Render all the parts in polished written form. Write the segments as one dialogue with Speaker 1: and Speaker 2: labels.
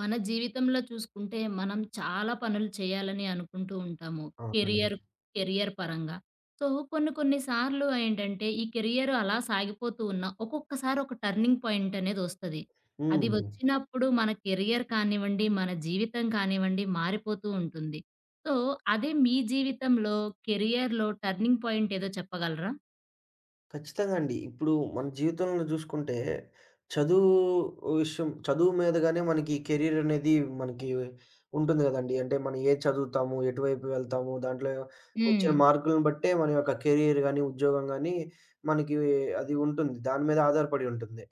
Speaker 1: మన జీవితంలో చూసుకుంటే మనం చాలా పనులు చేయాలని అనుకుంటూ ఉంటాము.
Speaker 2: అవునండి.
Speaker 1: కెరియర్ కెరియర్ పరంగా. సో, కొన్ని కొన్ని సార్లు ఏంటంటే ఈ కెరియర్ అలా సాగిపోతూ ఉన్న ఒక్కొక్కసారి ఒక టర్నింగ్ పాయింట్ అనేదొస్తది. అది
Speaker 2: హ్మ్.
Speaker 1: వచ్చినప్పుడు మన కెరియర్ కానివ్వండి, మన జీవితం కానివ్వండి మారిపోతూ ఉంటుంది. సో, అదే మీ జీవితంలో కెరియర్‌లో టర్నింగ్ పాయింట్ ఏదో చెప్పగలరా?
Speaker 2: ఖచ్చితంగా అండి. ఇప్పుడు మన జీవితంలో జూసుకుంటే, చదువు చదువు మీదగానే మనకి కెరీర్ అనేది మనకి ఉంటుంది గదండీ. అంటే మనం ఏది చదువుతాము, ఎటువైపు వెళ్తాము, దాంట్లో
Speaker 1: హ్మ్.
Speaker 2: వచ్చిన మార్కులను బట్టే మన యొక్క కెరీర్ గాని, ఉద్యోగం గాని మనకి అది ఉంటుంది. దాని మీద ఆధారపడి ఉంటుంది.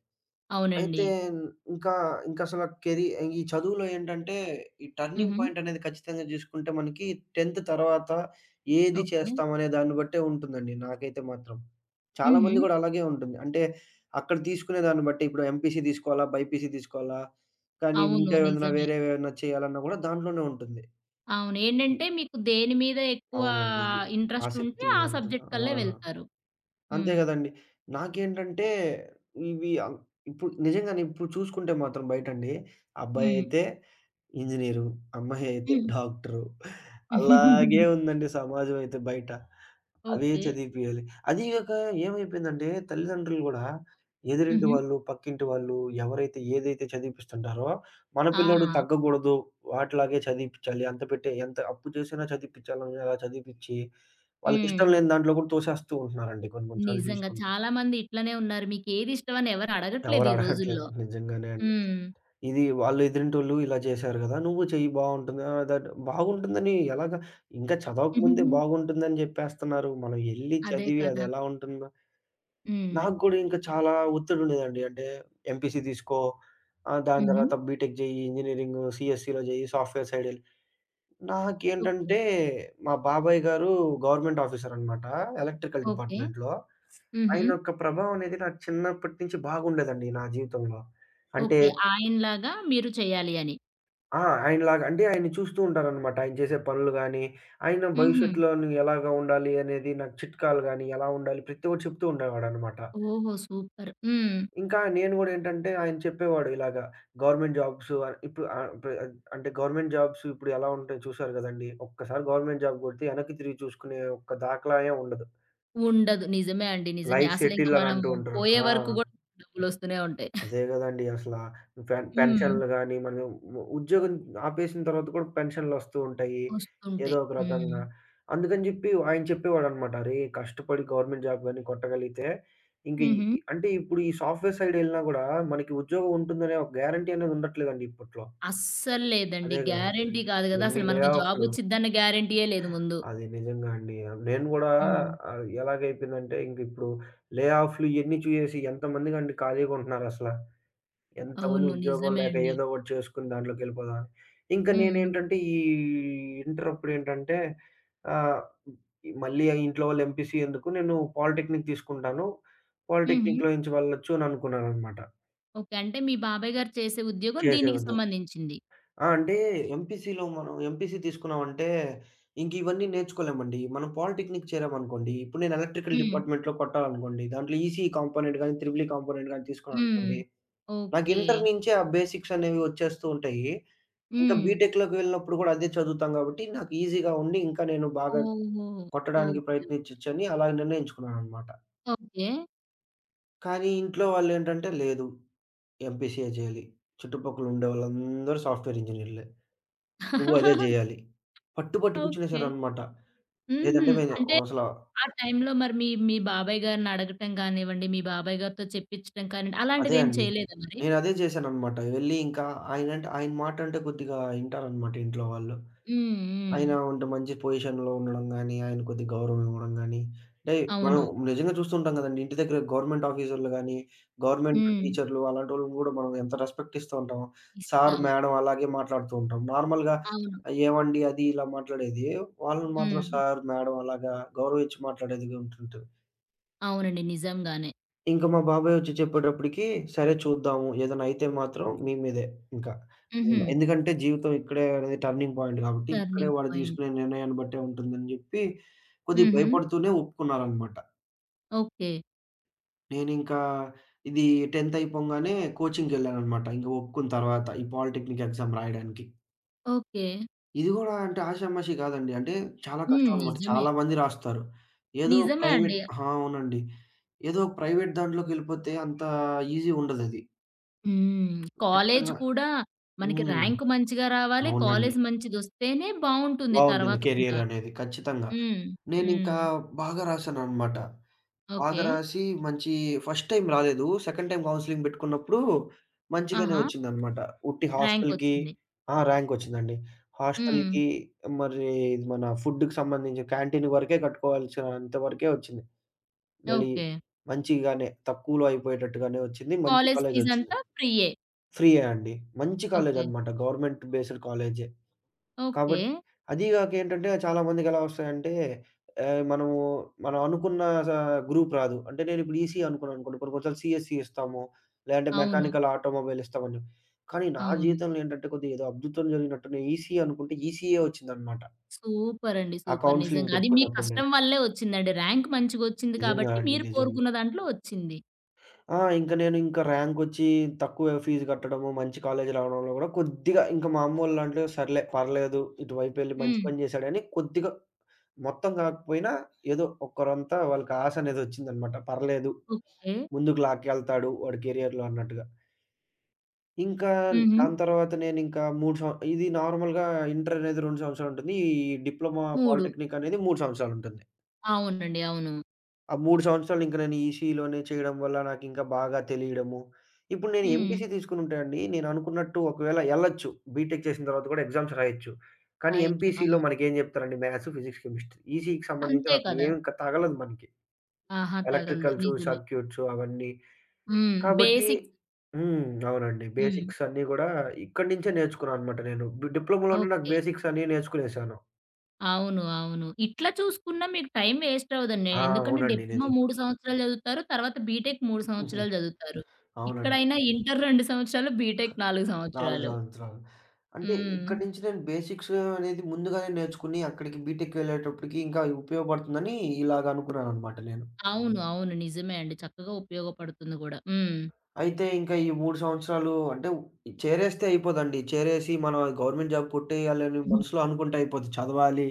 Speaker 1: అవునండి.
Speaker 2: అయితే ఇంకా, ఇంకసల కెరీ ఈ చదువులో ఏంటంటే, ఈ టర్నింగ్
Speaker 1: హుహు.
Speaker 2: పాయింటనేది ఖచ్చితంగా జూసుకుంటే మనకి 10థ్ తర్వాత ఏది
Speaker 1: ఓకే.
Speaker 2: చేస్తామనే దాన్ని బట్టే ఉంటుందండి. నాకైతే మాత్రం చాలా
Speaker 1: హుహు.
Speaker 2: మంది గూడా అలాగే ఉంటుంది. అంటే, అక్కడ తీసుకునే దాన్ని బట్టి ఇప్పుడు ఎంపీసీ తీసుకోవాలా? బైపీసీ తీసుకోవాలా? కానీ
Speaker 1: అవును.
Speaker 2: ఇంకా ఏదైనా
Speaker 1: నిజమే.
Speaker 2: వేరేవేవన్నా చేయాలన్నా గూడా దాంట్లోనే ఉంటుంది.
Speaker 1: అవును.
Speaker 2: ఇ
Speaker 1: ఏంటంటే మీకు దేని మీద ఎక్కువ
Speaker 2: అవునండి.
Speaker 1: ఇంట్రెస్ట్ ఉంటే ఆ
Speaker 2: ఆసక్తిగా ఉంటుంది.
Speaker 1: సబ్జెక్ట్
Speaker 2: ఆ!
Speaker 1: కల్లే వెళ్తారు.
Speaker 2: అంతే
Speaker 1: హ్మ్.
Speaker 2: గదండీ. నాకేంటంటే ఇవి ఇప్పుడు నిజంగానే ఇప్పుడు చూసుకుంటే మాత్రం బయటండి.
Speaker 1: హ్మ్.
Speaker 2: అబ్బాయయితే ఇంజినీరు, అమ్మాయయితే
Speaker 1: హ్మ్.
Speaker 2: డాక్టరు. అలాగే ఉందండి సమాజం అయితే బయట. అవే
Speaker 1: ఓకే.
Speaker 2: చదివిపియాలి. అదీ గాక ఏమైపోయిందంటే తల్లిదండ్రులు గూడా ఎదురింటి
Speaker 1: హుహు.
Speaker 2: వాళ్ళు, పక్కింటి వాళ్ళు ఎవరైతే ఏదైతే చదివిపిస్తుంటారో, మన పిల్లోడు
Speaker 1: ఆ!
Speaker 2: తగ్గకూడదు. వాటిలాగే చదివిపిచ్చాలి. అంత పెట్టే ఎంత అప్పు చేసినా చదివిపిచ్చాలని అలా చదివిపిచ్చి,
Speaker 1: హ్మ్.
Speaker 2: వాళ్ళకిష్టం లేని దాంట్లో కూడా తోసేస్తూ ఉంటున్నారండి కొన్ని కొన్ని సార్లు
Speaker 1: నిజంగా
Speaker 2: చూసుకుంటే.
Speaker 1: చాలా మంది ఇట్లనే ఉన్నారు. మీకేది ఇష్టమని ఎవరు అడగట్లేదు
Speaker 2: ఎవరు
Speaker 1: ఈ
Speaker 2: అడగట్లేదు.
Speaker 1: రోజుల్లో.
Speaker 2: నిజంగానే అండి.
Speaker 1: హ్మ్.
Speaker 2: ఇది వాళ్ళు ఎదురింటోళ్ళు ఇలా చేశారు గదా! నువ్వు చెయ్యి బావుంటుంది. దట్ బాగుంటుందని ఎలాగా? ఇంకా చదవకముందే బాగుంటుందని జెప్పేస్తున్నారు. మనం ఎళ్లి
Speaker 1: అదే
Speaker 2: చదివి
Speaker 1: కదా!
Speaker 2: అదెలా ఉంటుందో.
Speaker 1: హ్మ్.
Speaker 2: నాకు గూడా ఇంకా చాలా ఒత్తిడుండేదండి. అంటే ఎంపీసీ తీసుకో, దాని
Speaker 1: హుహు.
Speaker 2: తర్వాత బీటెక్ జెయ్యి, ఇంజినీరింగు, సీఎస్‌సీలో జెయ్యి, సాఫ్ట్‌వేర్ సైడ్ ఎల్.
Speaker 1: ఓకే.
Speaker 2: నాకేంటంటే మా బాబాయ్ గారు గవర్నమెంట్ ఆఫీసరనమాట. Electrical
Speaker 1: okay.
Speaker 2: డిపార్ట్‌మెంట్‌లో.
Speaker 1: హుహు.
Speaker 2: ఆయన యొక్క ప్రభావం అనేది నాకు చిన్నప్పటి నుంచి బాగుండేదండి నా జీవితంలో. అంటే
Speaker 1: ఓకే. ఆయనలాగా మీరు చేయాలి అని.
Speaker 2: ఆ! ఆయనలాగా అంటే ఆయన్ని చూస్తూ ఉంటాననమాట. ఆయన చేసే పనులు గానీ, ఆయన
Speaker 1: హుహు.
Speaker 2: భవిష్యత్తులోని ఎలాగా ఉండాలి అనేది నాకు చిట్కాలు గానీ, ఎలా ఉండాలి ప్రతి ఒక్కటి చెప్తూ ఉండేవాడనమాట.
Speaker 1: ఓహో! సూపర్. హ్మ్.
Speaker 2: ఇంకా నేను గూడా ఏంటంటే ఆయన చెప్పేవాడు ఇలాగా గవర్నమెంట్ జాబ్స్. ఇప్పుడు అంటే గవర్నమెంట్ జాబ్స్ ఇప్పుడు ఎలా ఉంటాయో చూసారు గదండీ! ఒక్కసారి గవర్నమెంట్ జాబ్ గొడితే ఎనక్కి తిరిగి చూసుకునే ఒక్క దాఖలా ఏం ఉండదు.
Speaker 1: ఉండదు. నిజమే అండి. నిజమే.
Speaker 2: లైఫ్
Speaker 1: అసలింక
Speaker 2: సెటిల్ అని అంటూ
Speaker 1: మనము
Speaker 2: ఉంటారు.
Speaker 1: పోయే
Speaker 2: ఆ!
Speaker 1: వరకు గూడా డబ్బులొస్తూనే ఉంటాయి.
Speaker 2: అదే గదండీ అసల.
Speaker 1: హ్మ్.
Speaker 2: పెన్షన్లు గాని, మనం ఉద్యోగం ఆపేసిన తర్వాత కూడా పెన్షన్‌లొస్తూ ఉంటాయి. ఏదో
Speaker 1: వస్తుంటాయి.
Speaker 2: ఒక
Speaker 1: హ్మ్.
Speaker 2: రకంగా. అందుకని జెప్పి ఆయన చెప్పేవాడనమాట. "అరేయ్! కష్టపడి గవర్నమెంట్ జాబ్ గాని కొట్టగలిగితే ఇంక ఈ"
Speaker 1: హుహు.
Speaker 2: అంటే ఇప్పుడు ఈ సాఫ్ట్‌వేర్ సైడ్ ఎళ్ళినా గూడా మనకి ఉద్యోగం ఉంటుందనే ఒక గ్యారంటీ అనేది ఉండట్లేదండి ఇప్పట్లో.
Speaker 1: అస్సలు లేదండి.
Speaker 2: అదే గదా!
Speaker 1: గ్యారంటీ కాదు గదా!
Speaker 2: ఎన్ని
Speaker 1: అసలు
Speaker 2: లే
Speaker 1: మనకు
Speaker 2: ఆఫ్‌లు.
Speaker 1: జాబొచ్చిద్దన్న గ్యారంటీయే లేదు ముందు.
Speaker 2: అది నిజంగా అండి. నేను గూడా
Speaker 1: హ్మ్.
Speaker 2: ఎలాగైపోయిందంటే ఇంకిప్పుడు లే ఆఫ్‌లు ఇయన్నీ చూసేసి ఎంతమందికండి ఖాళీగుంటున్నారసల. ఎంతమంది
Speaker 1: అవును.
Speaker 2: ఉద్యోగం
Speaker 1: నిజమే
Speaker 2: లేక
Speaker 1: అండి.
Speaker 2: ఏదో ఒకటి చేసుకొని దాంట్లోకెళ్ళిపోదాం అని. ఇంకా
Speaker 1: హ్మ్.
Speaker 2: నేనేంటంటే ఈ ఇంటర్ అప్పుడేంటంటే, ఆహ్, మళ్ళీ ఆ ఇంట్లో వాళ్ళు ఎంపీసీ ఎందుకు నేను పాలిటెక్నిక్ తీసుకుంటాను.
Speaker 1: హుహు.
Speaker 2: పాలిటెక్నిక్‌లో నుంచి వెళ్ళొచ్చు అని అనుకున్నాననమాట.
Speaker 1: ఓకే. అంటే మీ బాబాయ్ గారు చేసే ఉద్యోగం
Speaker 2: చేసే
Speaker 1: దీనికి
Speaker 2: ఉద్యో
Speaker 1: సంబంధించింది.
Speaker 2: ఆ! అంటే ఎంపీసీలో మనం ఎంపీసీ తీసుకున్నామంటే ఇంక ఇవన్నీ నేర్చుకోలేమండి. మనం పాలిటెక్నిక్ చేరామనుకోండి, ఇప్పుడు నేను ఎలక్ట్రికల్
Speaker 1: హ్మ్.
Speaker 2: డిపార్ట్‌మెంట్‌లో కొట్టాలనుకోండి, దాంట్లో ఈసీఈ కాంపోనెంట్ గాని, త్రిబుల్ ఈ కాంపోనెంట్ గాని
Speaker 1: హ్మ్.
Speaker 2: తీసుకున్నాననుకోండి, నాకు
Speaker 1: ఓకే.
Speaker 2: ఇంటర్ నుంచే ఆ బేసిక్స్ అనేవి వచ్చేస్తూ ఉంటాయి. ఇంకా
Speaker 1: హ్మ్.
Speaker 2: బీటెక్‌లోకి వెళ్ళినప్పుడు కూడా అదే చదువుతాం గాబట్టి, నాకు ఈజీగా ఉండి ఇంకా నేను బాగా
Speaker 1: ఓహో!
Speaker 2: కొట్టడానికి
Speaker 1: ఓకే.
Speaker 2: ప్రయత్నిచొచ్చని అలా నిర్ణయించుకున్నాననమాట.
Speaker 1: ఓకే.
Speaker 2: కానీ ఇంట్లో వాళ్ళేంటంటే, "లేదు ఎంపీసీఏ జేయాలి. చుట్టుపక్కల ఉండే వాళ్ళందరూ సాఫ్ట్‌వేర్ ఇంజినీర్‌లే.
Speaker 1: ఓకే.
Speaker 2: నువ్వు అదే జేయాలి." పట్టు పట్టి కూర్చునేసారనమాట.
Speaker 1: హుహు.
Speaker 2: లేదంటే నేను
Speaker 1: అంటే
Speaker 2: అసల
Speaker 1: ఆ టైంలో మరి మీ మీ బాబాయ్ గారిని అడగటం కానివ్వండి, మీ బాబాయ్ గారితో చెప్పించడం కానివ్వండి,
Speaker 2: అదే
Speaker 1: అలాంటిదేం
Speaker 2: అండి.
Speaker 1: చేయలేదా మరి?
Speaker 2: నేనదే జేశాననమాట. వెళ్లి ఇంకా ఆయనంటే ఆయన మాటంటే కొద్దిగా ఇంటారనమాట ఇంట్లో వాళ్ళు.
Speaker 1: హ్మ్. హ్మ్.
Speaker 2: ఆయన ఉంటే మంచి పొజిషన్‌లో ఉండడం గాని, ఆయన కొద్దిగా గౌరవం ఇవ్వడం గాని, అంటే మనం
Speaker 1: అవును.
Speaker 2: నిజంగా చూస్తుంటాం గదండీ! ఇంటి దగ్గర గవర్నమెంట్ ఆఫీసర్‌లు గాని, గవర్నమెంట్
Speaker 1: హ్మ్.
Speaker 2: టీచర్‌లు అలాంటోళ్ళని గూడా మనం ఎంత రెస్పెక్ట్ ఇస్తూ ఉంటాం. సార్,
Speaker 1: ఇస్తాము.
Speaker 2: మేడం అలాగే మాట్లాడుతూ ఉంటాం. నార్మల్‌గా
Speaker 1: అవును.
Speaker 2: ఏవండి అది ఇలా మాట్లాడేది, వాళ్ళని మాత్రం
Speaker 1: హ్మ్.
Speaker 2: సార్, మేడం అలాగా గౌరవించి మాట్లాడేదిగా ఉంటుంటది.
Speaker 1: అవునండి. నిజంగానే.
Speaker 2: ఇంక మా బాబాయ్ ఒచ్చి చెప్పేటప్పటికి, సరే చూద్దాము. ఏదైనా అయితే మాత్రం మీ మీదే ఇంకా.
Speaker 1: హుహు.
Speaker 2: హ్మ్. ఎందుకంటే జీవితం ఇక్కడే అనేది టర్నింగ్ పాయింట్ కాబట్టి, ఇక్కడే
Speaker 1: టర్నింగ్
Speaker 2: వాడు
Speaker 1: పాయింట్.
Speaker 2: తీసుకునే నిర్ణయాన్ని బట్టే ఉంటుందని జెప్పి, కొద్దిగా
Speaker 1: హుహు.
Speaker 2: భయపడుతూనే ఒప్పుకున్నారనమాట.
Speaker 1: ఓకే.
Speaker 2: నేనింకా ఇది 10థ్ అయిపోంగానే కోచింగ్‌కెళ్ళాననమాట. ఇంక ఒప్పుకున్న తర్వాత ఈ పాలిటెక్నిక్ ఎగ్జామ్ రాయడానికి.
Speaker 1: ఓకే.
Speaker 2: ఇది గూడా అంటే ఆషామాషీ కాదండి. అంటే చాలా
Speaker 1: హ్మ్.
Speaker 2: కష్టం అనమాట.
Speaker 1: నిజమే.
Speaker 2: చాలా మంది రాస్తారు. ఏదో ఒక
Speaker 1: నిజమే అండి.
Speaker 2: ప్రైవేట్ ఆ! అవునండి. ఏదో ఒక ప్రైవేట్ దాంట్లోకెళ్ళిపోతే అంత ఈజీ ఉండదది.
Speaker 1: హ్మ్. కాలేజ్
Speaker 2: ఖచ్చితంగా.
Speaker 1: కూడా మనకి
Speaker 2: హ్మ్.
Speaker 1: ర్యాంక్ మంచిగా రావాలి.
Speaker 2: అవునండి.
Speaker 1: కాలేజ్ మంచిదొస్తేనే బావుంటుంది
Speaker 2: బావుంటుంది
Speaker 1: తర్వాత కూడా.
Speaker 2: కెరియర్ అనేది ఖచ్చితంగా.
Speaker 1: హ్మ్.
Speaker 2: నేనింకా
Speaker 1: హ్మ్.
Speaker 2: బాగా రాశాననమాట.
Speaker 1: ఓకే.
Speaker 2: బాగా రాసి మంచి ఫస్ట్ టైమ్ రాలేదు. సెకండ్ టైమ్ కౌన్సెలింగ్ పెట్టుకున్నప్పుడు మంచిగానే
Speaker 1: ఆహా!
Speaker 2: వచ్చిందనమాట. ఉట్టి హాస్టల్‌కి
Speaker 1: ర్యాంకొచ్చింది.
Speaker 2: ఆ! ర్యాంక్ వచ్చిందండి.
Speaker 1: హ్మ్.
Speaker 2: హాస్టల్‌కి మరి ఇది మన ఫుడ్‌కి సంబంధించిన క్యాంటీన్ వరకే కట్టుకోవాల్సినంత వరకే వచ్చింది. మళ్ళీ
Speaker 1: ఓకే.
Speaker 2: మంచిగానే తక్కువలో అయిపోయేటట్టుగానే వచ్చింది. మంచి
Speaker 1: కాలేజ్
Speaker 2: కాలేజొచ్చింది.
Speaker 1: ఫీజంతా ఫ్రీయే.
Speaker 2: ఫ్రీయే అండి. మంచి
Speaker 1: ఓకే.
Speaker 2: కాలేజనమాట. గవర్నమెంట్ బేస్డ్ కాలేజే.
Speaker 1: ఓకే.
Speaker 2: కాబట్టి అదీ గాక ఏంటంటే చాలామందికెలా వస్తాయంటే ఆహ్, మనము మనం అనుకున్న స గ్రూప్ రాదు. అంటే నేనిప్పుడు ఈసీఈ అనుకున్నాననుకోండి. కొన్ని కొన్ని సార్లు సీఎస్‌సీ ఇస్తాము. లేదంటే
Speaker 1: అవును.
Speaker 2: మెకానికల్ ఆటోమొబైల్ ఇస్తామని చెప్పి. కానీ నా
Speaker 1: అవును.
Speaker 2: జీవితంలో ఏంటంటే కొద్దిగా ఏదో అద్భుతం జరిగినట్టు నేను ఈసీఈ అనుకుంటే ఈసీఈయే వచ్చిందనమాట.
Speaker 1: సూపరండి.
Speaker 2: ఆ
Speaker 1: సూపర్.
Speaker 2: కౌన్సెలింగ్
Speaker 1: నిజంగా. అది మీ
Speaker 2: పెట్టుకున్నప్పుడు
Speaker 1: కష్టం
Speaker 2: నేను.
Speaker 1: వల్లే వచ్చిందండి. ర్యాంక్ మంచిగొచ్చింది
Speaker 2: నిజంగా
Speaker 1: కాబట్టి
Speaker 2: అండి.
Speaker 1: మీరు
Speaker 2: నిజంగా.
Speaker 1: కోరుకున్న దాంట్లో వచ్చింది.
Speaker 2: ఆ! ఇంక నేను ఇంకా ర్యాంకొచ్చి తక్కువ ఫీజు కట్టడము, మంచి కాలేజీ రావడంలో గూడా కొద్దిగా ఇంక మా అమ్మోళ్ళంటే సర్లే పర్లేదు ఇటువైపెళ్లి మంచి
Speaker 1: హ్మ్.
Speaker 2: పని జేశాడని కొద్దిగా మొత్తం గాకపోయినా ఏదో ఒక్కరంతా వాళ్ళకి ఆశనేదొచ్చిందనమాట. పర్లేదు
Speaker 1: ఓకే.
Speaker 2: ముందుకు లాక్కెళ్తాడు వాడి కెరియర్‌లో అన్నట్టుగా. ఇంకా
Speaker 1: హుహు.
Speaker 2: దాని తర్వాత నేనింకా 3 ఇది నార్మల్‌గా ఇంటరనేది 2 సంవత్సరాలుంటుంది. ఈ డిప్లొమా
Speaker 1: 3
Speaker 2: పాలిటెక్నిక్ అనేది 3 సంవత్సరాలుంటుంది.
Speaker 1: అవునండి. అవును.
Speaker 2: ఆ 3 సంవత్సరాలు ఇంక నేను ఈసీలోనే చేయడం వల్ల నాకింకా బాగా తెలియడము. ఇప్పుడు నేను
Speaker 1: హ్మ్.
Speaker 2: ఎంపీసీ తీసుకునుంటే అండి, నేననుకున్నట్టు ఒకవేళ ఎళ్ళొచ్చు. బీటెక్ చేసిన తర్వాత కూడా ఎగ్జామ్స్ రాయొచ్చు. కానీ
Speaker 1: రాయొచ్చు.
Speaker 2: ఎంపీసీలో
Speaker 1: అవును.
Speaker 2: మనకేం జెప్తారండి మ్యాథ్స్, ఫిజిక్స్, కెమిస్ట్రీ. ఈసీకి సంబంధించిన
Speaker 1: అంతే
Speaker 2: అసలు
Speaker 1: కదా!
Speaker 2: ఏం తగలదు మనకి.
Speaker 1: ఆహా! తగలదు.
Speaker 2: ఎలక్ట్రికల్సు,
Speaker 1: నిజమే.
Speaker 2: సర్క్యూట్సు అవన్నీ.
Speaker 1: హ్మ్.
Speaker 2: కాబట్టి
Speaker 1: బేసిక్స్.
Speaker 2: హ్మ్. అవునండి.
Speaker 1: హ్మ్.
Speaker 2: బేసిక్స్ అన్నీ గూడా ఇక్కడి నుంచే నేర్చుకున్నాననమాట నేను. డిప్లొమాలోనే నాకు
Speaker 1: ఓకే.
Speaker 2: బేసిక్స్ అన్నీ నేర్చుకునేసాను.
Speaker 1: అవును. అవును. ఇట్లా చూసుకున్నా మీకు టైం వేస్ట్ అవ్వదండి.
Speaker 2: ఆ!
Speaker 1: ఎందుకంటే
Speaker 2: అవునండి.
Speaker 1: డిప్లొమా
Speaker 2: నిజంగా.
Speaker 1: 3 సంవత్సరాలు చదువుతారు. తర్వాత బీటెక్ 3
Speaker 2: హుహు.
Speaker 1: సంవత్సరాలు చదువుతారు.
Speaker 2: అవునండి.
Speaker 1: ఇక్కడైనా ఇంటర్ 2 సంవత్సరాలు, బీటెక్ 4
Speaker 2: 4
Speaker 1: సంవత్సరాలు.
Speaker 2: సంవత్సరాలు. అంటే
Speaker 1: హ్మ్.
Speaker 2: ఇక్కడి నుంచి నేను బేసిక్స్ అనేది ముందుగానే నేర్చుకుని అక్కడికి బీటెక్‌కి వెళ్ళేటప్పటికి ఇంకా ఉపయోగపడుతుందని ఇలాగ అనుకున్నాననమాట నేను.
Speaker 1: అవును. అవును. నిజమే అండి. చక్కగా ఉపయోగపడుతుంది గూడా. హ్మ్.
Speaker 2: అయితే ఇంకా ఈ 3 సంవత్సరాలు అంటే చేరేస్తే అయిపోదండి. చేరేసి మనం గవర్నమెంట్ జాబ్ కొట్టేయాలని మనసులో అనుకుంటే అయిపోదు. చదవాలి,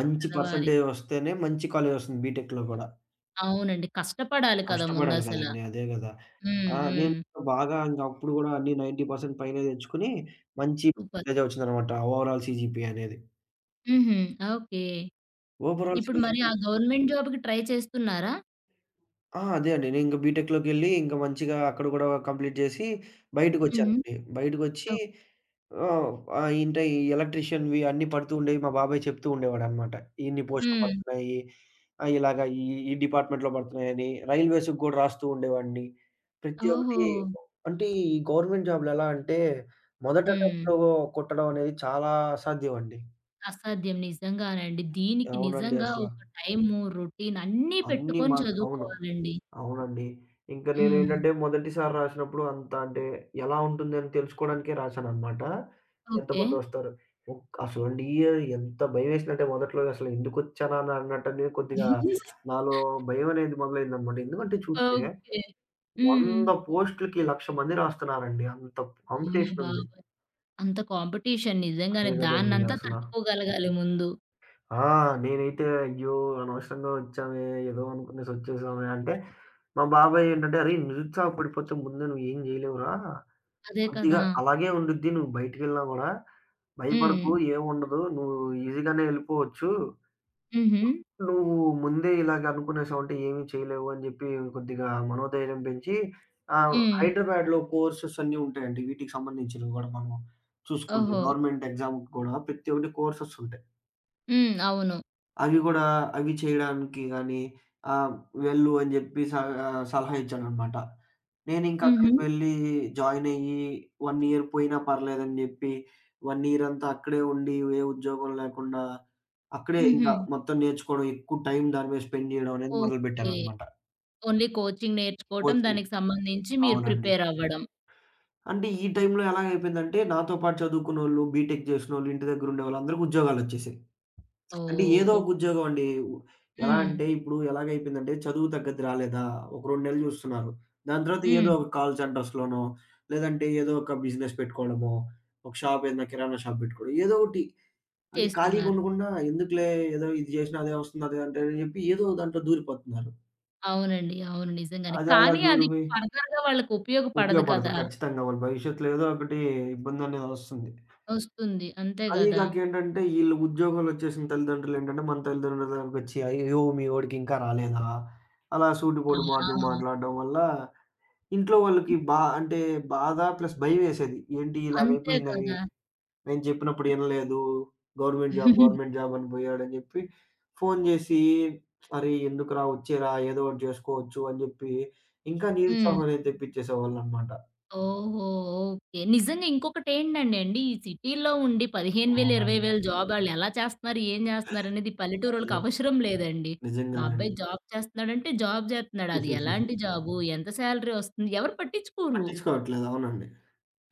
Speaker 2: మంచి
Speaker 1: చదవాలి.
Speaker 2: పర్సెంటేజ్ వస్తేనే మంచి కాలేజ్ వస్తుంది బీటెక్‌లో గూడా.
Speaker 1: అవునండి. కష్టపడాలి కదా!
Speaker 2: కష్టపడాలి
Speaker 1: ముందసల.
Speaker 2: గదండీ! అదే గదా!
Speaker 1: హ్మ్.
Speaker 2: ఆ! నేను
Speaker 1: హ్మ్.
Speaker 2: బాగా ఇంకా అప్పుడు గూడా అన్ని 90% పైనే తెచ్చుకొని మంచి
Speaker 1: సూపర్.
Speaker 2: పర్సెంటేజే వచ్చిందనమాట. ఓవరాల్ సీజీపీఏ అనేది.
Speaker 1: హుహు. ఓకే.
Speaker 2: ఓవరాల్
Speaker 1: ఇప్పుడు మరి
Speaker 2: సీజీపీ
Speaker 1: ఆ గవర్నమెంట్ జాబ్‌కి ట్రై చేస్తున్నారా?
Speaker 2: ఆ! అదే అండి. నేను ఇంక బీటెక్‌లోకెళ్ళి ఇంక మంచిగా అక్కడ గూడా కంప్లీట్ జేసి
Speaker 1: హుహు.
Speaker 2: బయటకొచ్చానండి. బయటకొచ్చి
Speaker 1: ఓకే.
Speaker 2: ఆ! ఇంటే ఈ ఎలక్ట్రీషియన్‌వి అన్నీ పడుతూ ఉండేవి. మా బాబాయ్ చెప్తూ ఉండేవాడనమాట. ఇన్ని పోస్టులు
Speaker 1: హ్మ్.
Speaker 2: పడుతున్నాయి. ఆహ్, ఇలాగ ఈ, ఈ డిపార్ట్‌మెంట్‌లో పడుతున్నాయని. రైల్వేస్‌కి గూడా రాస్తూ ఉండేవాడిని. ప్రతి ఒక్కటి
Speaker 1: ఓహో!
Speaker 2: అంటే ఈ గవర్నమెంట్ జాబ్‌లు ఎలా అంటే మొదట
Speaker 1: హ్మ్.
Speaker 2: అటెంప్ట్‌లో కొట్టడం అనేది చాలా అసాధ్యం అండి.
Speaker 1: అసాధ్యం. నిజంగానండి. దీనికి
Speaker 2: అవునండి
Speaker 1: నిజంగా
Speaker 2: అసల.
Speaker 1: ఒక టైము, రొటీన్ అన్నీ
Speaker 2: అన్నీ
Speaker 1: పెట్టుకొని
Speaker 2: మా అవును.
Speaker 1: చదువుకోవాలండి.
Speaker 2: అవునండి. ఇంకా
Speaker 1: హ్మ్.
Speaker 2: నేనేంటంటే మొదటిసారి రాసినప్పుడు అంత అంటే ఎలా ఉంటుందని తెలుసుకోవడానికే రాశాననమాట.
Speaker 1: ఓకే.
Speaker 2: ఎంతమందొస్తారు? అసలండి ఎంత భయమేసిందంటే మొదట్లో అసలు ఎందుకొచ్చానా అని అన్నట్టనే కొద్దిగా నాలో భయం అనేది మొదలైందనమాట. ఎందుకంటే చూస్తే
Speaker 1: ఓకే. హ్మ్.
Speaker 2: 100 పోస్టులకి 1,00,000 మంది రాస్తున్నారండి. అంత
Speaker 1: అమ్మ
Speaker 2: కాంపిటీషన్ ఉంది.
Speaker 1: బాబోయ్! అంత కాంపిటీషన్ నిజంగానే.
Speaker 2: అదే గదండీ
Speaker 1: దాన్నంతా
Speaker 2: అసల.
Speaker 1: తట్టుకోగలగాలి ముందు.
Speaker 2: ఆ! నేనైతే అయ్యో! అనవసరంగా వచ్చామే ఏదో అనుకునేసి వచ్చేసామే అంటే మా బాబాయ్ ఏంటంటే "అరేయ్ నిరుత్సాహపడిపోతే ముందే నువ్వేం జేయలేవురా."
Speaker 1: అదే
Speaker 2: కొద్దిగా
Speaker 1: కదా!
Speaker 2: అలాగే ఉండిద్ది. నువ్వు బయటికెళ్ళినా గూడా
Speaker 1: హ్మ్.
Speaker 2: భయపడకు ఏముండదు. నువ్వు ఈజీగానే ఎళ్ళిపోవచ్చు.
Speaker 1: హుహు.
Speaker 2: నువ్వు ముందే ఇలాగ అనుకునేసావంటే ఏమి చేయలేవు అని జెప్పి కొద్దిగా మనోధైర్యం పెంచి
Speaker 1: హ్మ్.
Speaker 2: హైదరాబాద్‌లో కోర్సెస్ అన్నీ ఉంటాయండి. వీటికి సంబంధించినవి గూడా మనం చూసుకుంటే
Speaker 1: ఓహో!
Speaker 2: గవర్నమెంట్ ఎగ్జామ్‌కి గూడా ప్రతి ఒక్కటి కోర్సెస్ ఉంటాయి.
Speaker 1: హ్మ్. అవును.
Speaker 2: అవి గూడా అవి చేయడానికి గానీ, ఆహ్, వెళ్ళు అని జెప్పి సలహా ఇచ్చాడనమాట. నేనింక
Speaker 1: హుహు.
Speaker 2: అక్కడికి వెళ్ళి జాయినయ్యి 1 ఇయర్ పోయినా పర్లేదని జెప్పి, 1 ఇయర్ అంతా అక్కడే ఉండి ఏ ఉద్యోగం లేకుండా, అక్కడే
Speaker 1: హుహు.
Speaker 2: ఇంకా మొత్తం నేర్చుకోవడం, ఎక్కువ టైం దాని మీద స్పెండ్ జేయడం అనేది
Speaker 1: ఓకే.
Speaker 2: మొదలుపెట్టాననమాట.
Speaker 1: ఓన్లీ కోచింగ్ నేర్చుకోవటం,
Speaker 2: కోచింగ్.
Speaker 1: దానికి సంబంధించి మీరు
Speaker 2: అవునండి.
Speaker 1: ప్రిపేర్ అవ్వడం.
Speaker 2: అంటే ఈ టైంలో ఎలాగైపోయిందంటే, నాతో పాటు చదువుకున్నోళ్ళు, బీటెక్ జేసినోళ్ళు, ఇంటి దగ్గరుండే వాళ్ళు అందరికి ఉద్యోగాలొచ్చేసాయి. అంటే
Speaker 1: ఓహ్!
Speaker 2: ఏదో ఒక
Speaker 1: ఓకే.
Speaker 2: ఉద్యోగం అండి. ఎలా
Speaker 1: హ్మ్.
Speaker 2: అంటే ఇప్పుడు ఎలాగైపోయిందంటే చదువు తగ్గది రాలేదా, ఒక 2 నెలలు చూస్తున్నారు. దాని తర్వాత ఏదో
Speaker 1: హ్మ్.
Speaker 2: ఒక కాల్ సెంటర్స్‌లోనో, లేదంటే ఏదో ఒక బిజినెస్ పెట్టుకోవడమో, ఒక షాప్ ఏదైనా కిరాణా షాప్ పెట్టుకోవడం ఏదో ఒకటి. అంటే ఖాళీగా
Speaker 1: చేస్తున్నారు.
Speaker 2: ఉండకుండా ఎందుకులే ఏదో ఇది చేసినా అదే వస్తుంది అదే అంటే అని చెప్పి ఏదో దాంట్లో దూరిపోతున్నారు.
Speaker 1: అవునండి. అవును. నిజంగానే.
Speaker 2: అది అలా
Speaker 1: కానీ అది
Speaker 2: దూరిపోయి
Speaker 1: ఫర్దర్‌గా వాళ్ళకి ఉపయోగపడదు
Speaker 2: ఉపయోగపడదు.
Speaker 1: కదా!
Speaker 2: ఖచ్చితంగా వాళ్ళ భవిష్యత్తులో ఏదో ఒకటి ఇబ్బందనేది వస్తుంది.
Speaker 1: ఒస్తుంది. అంతే
Speaker 2: అదీ
Speaker 1: గదా!
Speaker 2: గాకేంటంటే, ఈళ్ళు ఉద్యోగాలొచ్చేసిన తల్లిదండ్రులేంటంటే, మన తల్లిదండ్రుల దగ్గరకొచ్చి, "అయ్యో! మీ వోడికి ఇంకా రాలేదా?" అలా సూటిపోటి మాటలు
Speaker 1: ఆ!
Speaker 2: మాట్లాడడం వల్ల, ఇంట్లో వాళ్ళకి అంటే, బాధ ప్లస్ భయమేసేది. ఏంటి
Speaker 1: అంతే
Speaker 2: ఇలాగయిపోయిందని,
Speaker 1: కదా!
Speaker 2: నేను చెప్పినప్పుడు ఇనలేదు, గవర్నమెంట్ జాబ్, గవర్నమెంట్ జాబ్ అని బోయాడని జెప్పి, ఫోను జేసి, "అరే! ఎందుకురా వచ్చేరా, ఏదో ఒకటి జేసుకోవచ్చు" అని జెప్పి, ఇంకా
Speaker 1: హ్మ్.
Speaker 2: నిరుత్సాహం అనేది తెప్పిచ్చేసేవాళ్ళనమాట.
Speaker 1: ఓహో! ఓకే. నిజంగా ఇంకొకటేంటండి అండి, ఈ సిటీలో ఉండి 15,000,
Speaker 2: అవునండి.
Speaker 1: 20,000 జాబ్ ఆళ్ళెలా చేస్తన్నారు, ఏం చేస్తన్నారనేది పల్లెటూరోళ్ళకి
Speaker 2: అదే.
Speaker 1: అవసరం లేదండి. మా
Speaker 2: నిజంగానే అండి.
Speaker 1: అబ్బాయి జాబ్ చేస్తున్నాడంటే జాబ్ చేస్తున్నాడు. అది ఎలాంటి జాబు, ఎంత సాలరీ ఒస్తుంది, ఎవరు పట్టించుకోరు.
Speaker 2: పట్టిచ్చుకోవట్లేదు. అవునండి.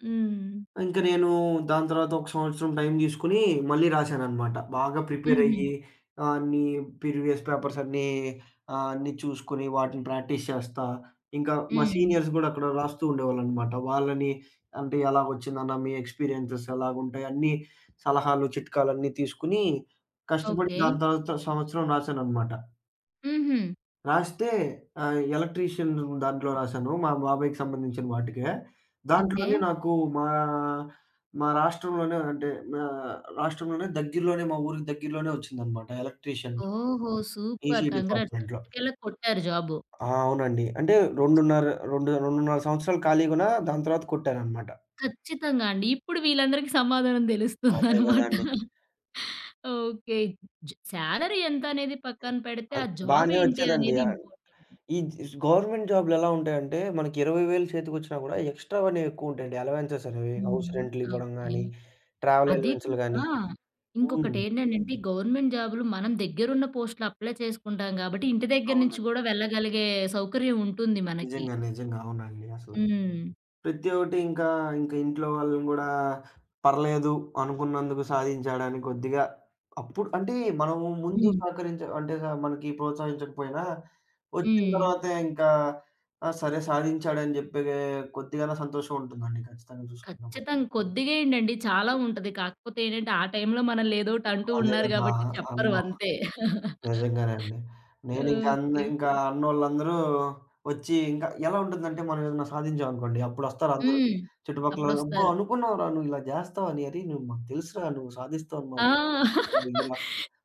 Speaker 1: హ్మ్.
Speaker 2: ఇంక నేను దాని తర్వాత ఒక సంవత్సరం టైం తీసుకొని మళ్ళీ రాశాననమాట. బాగా
Speaker 1: హుహు.
Speaker 2: ప్రిపేరయ్యి అన్నీ ప్రీవియస్ పేపర్స్ అన్నీ చూసుకొని వాటిని ప్రాక్టీస్ చేస్తా. ఇంకా మా
Speaker 1: హ్మ్.
Speaker 2: సీనియర్స్ గూడా అక్కడ రాస్తూ ఉండేవాళ్ళనమాట. వాళ్ళని అంటే ఎలాగొచ్చిందన్న మీ ఎక్స్‌పీరియన్సెస్ ఎలాగుంటాయి అన్నీ సలహాలు, చిట్కాలన్నీ తీసుకొని కష్టపడి
Speaker 1: ఓకే.
Speaker 2: దాని తర్వాత సంవత్సరం రాశాననమాట.
Speaker 1: హుహు.
Speaker 2: రాస్తే ఎలక్ట్రీషియన్ దాంట్లో రాశాను. మా బాబాయికి సంబంధించిన వాటికే.
Speaker 1: ఓకే.
Speaker 2: దాంట్లోనే నాకు మా మా రాష్ట్రంలోనే అంటే మా రాష్ట్రంలోనే దగ్గరలోనే మా ఊరికి దగ్గరలోనే వచ్చిందనమాట. ఎలక్ట్రీషియన్
Speaker 1: ఓహో!
Speaker 2: EC
Speaker 1: super. కంగ్రాట్స్.
Speaker 2: డిపార్ట్మెంట్‌లో.
Speaker 1: ఎట్టకేలకు కొట్టారు జాబు.
Speaker 2: ఆ! అవునండి. అంటే 2:30 రెండు 2:30 సంవత్సరాలు ఖాళీగున్నా దాని తర్వాత కొట్టాననమాట.
Speaker 1: ఖచ్చితంగా అండి. ఇప్పుడు వీళ్ళందరికీ సమాధానం
Speaker 2: అదే
Speaker 1: తెలుస్తుందనమాట.
Speaker 2: గదండీ!
Speaker 1: ఓకే. జ సాలరీ ఎంతనేది
Speaker 2: హ్మ్.
Speaker 1: పక్కన పెడితే, ఆ
Speaker 2: అది
Speaker 1: జాబ్
Speaker 2: బానే
Speaker 1: ఏంటి
Speaker 2: వచ్చేదండి.
Speaker 1: అనేది ఇంపార్టెంట్.
Speaker 2: ఈ గవర్నమెంట్ జాబ్‌లెలా ఉంటాయంటే, మనకి 20,000 చేతికొచ్చినా గూడా ఎక్స్‌ట్రావనేవి ఎక్కువుంటాయండి. అలవెన్సెస్ అనేవి. హౌస్
Speaker 1: హ్మ్.
Speaker 2: రెంట్‌లు ఇవ్వడం
Speaker 1: ఓకే.
Speaker 2: గానీ, ట్రావెల్
Speaker 1: అదే
Speaker 2: అలవెన్స్‌లు
Speaker 1: కాక
Speaker 2: గానీ. హ్మ్.
Speaker 1: ఇంకొకటేంటంటే గవర్నమెంట్ జాబులు మనం దగ్గరున్న పోస్టులు అప్లై చేసుకుంటాం గాబట్టి, ఇంటి దగ్గర నుంచి
Speaker 2: అవునండి.
Speaker 1: గూడా వెళ్ళగలిగే సౌకర్యం ఉంటుంది మనకి.
Speaker 2: నిజంగా. నిజంగా. అవునండి అసల.
Speaker 1: హ్మ్.
Speaker 2: ప్రతి ఒక్కటి ఇంకా, ఇంకా ఇంట్లో వాళ్ళని గూడా పర్లేదు అనుకున్నందుకు సాధించాడని కొద్దిగా అప్పుడు అంటే మనము ముందు
Speaker 1: హ్మ్.
Speaker 2: సహకరించ అంటే స మనకి ప్రోత్సహించకపోయినా, వచ్చిన
Speaker 1: హ్మ్.
Speaker 2: తర్వాత ఇంకా ఆ! సరే సాధించాడని జెప్పే కొద్దిగానా సంతోషం ఉంటుందండి ఖచ్చితంగా చూసుకున్నప్పుడు.
Speaker 1: ఖచ్చితంగా. కొద్దిగా ఏంటండి చాలా ఉంటది. కాకపోతే ఏంటంటే, ఆ టైంలో మనల్ని ఏదో ఒకటి అంటూ
Speaker 2: అదే
Speaker 1: ఉన్నారు
Speaker 2: కదా!
Speaker 1: గాబట్టి చెప్పరు
Speaker 2: అన్నో
Speaker 1: అంతే.
Speaker 2: నిజంగానండి.
Speaker 1: ఓకే.
Speaker 2: నేనింక అన్ని
Speaker 1: ఓకే.
Speaker 2: ఇంకా అన్నోళ్ళందరూ వచ్చి ఇంకా ఎలా ఉంటుందంటే మనం ఏదైనా సాధించామనుకోండి అప్పుడొస్తారందరూ.
Speaker 1: హ్మ్.
Speaker 2: చుట్టుపక్కల "అబ్బా!
Speaker 1: అప్పుడొస్తారు.
Speaker 2: అనుకున్నావురా నువ్వు ఇలా జేస్తావని. అరేయ్! నువ్వు మాకు తెలుసురా నువ్వు సాధిస్తావని
Speaker 1: ఆ!
Speaker 2: మాకు తెలుసు. ఇదిరా"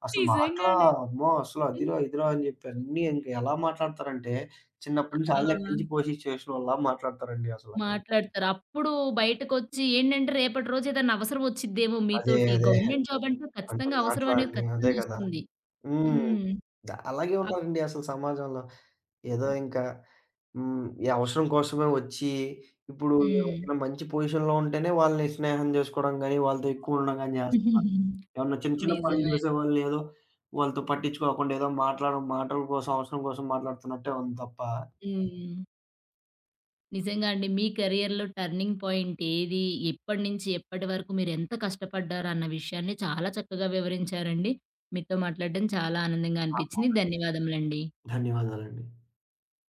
Speaker 2: అసలు మాటలా
Speaker 1: నిజంగానే.
Speaker 2: అమ్మో! అసలు
Speaker 1: హ్మ్.
Speaker 2: అదిరా, ఇదిరా అని జెప్పి అన్నీ ఇంక ఎలా మాట్లాడతారంటే చిన్నప్పటి నుంచి
Speaker 1: ఆ!
Speaker 2: ఆళ్ళే పెంచి పోషించి చేసినోళ్ళలా మాట్లాడతారండి అసల.
Speaker 1: మాట్లాడతారు. అప్పుడు బయటకొచ్చి ఏంటంటే, రేపటి రోజు ఏదైనా అవసరం వచ్చిద్దేమో
Speaker 2: అదే.
Speaker 1: మీతోటి.
Speaker 2: అదే.
Speaker 1: గవర్నమెంట్ జాబ్ అంటే
Speaker 2: అంటే
Speaker 1: ఖచ్చితంగా అవసరం
Speaker 2: మాటలా
Speaker 1: అనేది
Speaker 2: అండి. అదే
Speaker 1: ఖచ్చితంగా
Speaker 2: గదా!
Speaker 1: వస్తుంది.
Speaker 2: హ్మ్.
Speaker 1: హ్మ్.
Speaker 2: అలాగే
Speaker 1: అప్
Speaker 2: ఉన్నారండి అసలు సమాజంలో. ఏదో ఇంకా హ్మ్. ఈ అవసరం కోసమే వచ్చి, ఇప్పుడు
Speaker 1: హ్మ్.
Speaker 2: ఎవరికైనా మంచి పొజిషన్‌లో ఉంటేనే వాళ్ళని స్నేహం జేసుకోవడం గాని, వాళ్ళతో ఎక్కువ ఉండడం గాని జేస్తున్నారు. ఏమన్నా చిన్న చిన్న పనులు
Speaker 1: నిజమే.
Speaker 2: జేసేవాళ్ళు ఏదో వాళ్ళతో పట్టించుకోకుండా ఏదో మాటల కోసం, అవసరం కోసం మాట్లాడుతున్నట్టే ఉంది తప్ప
Speaker 1: హ్మ్. నిజంగా అండి. మీ కెరియర్‌లో టర్నింగ్ పాయింట్ ఏది? ఎప్పటి నుంచి ఎప్పటి వరకు మీరెంత కష్టపడ్డారు అన్న విషయాన్ని చాలా చక్కగా వివరించారండి. మీతో మాట్లాడడం చాలా ఆనందంగా అనిపించింది.
Speaker 2: అవును.
Speaker 1: ధన్యవాదములండి.
Speaker 2: ధన్యవాదాలండి.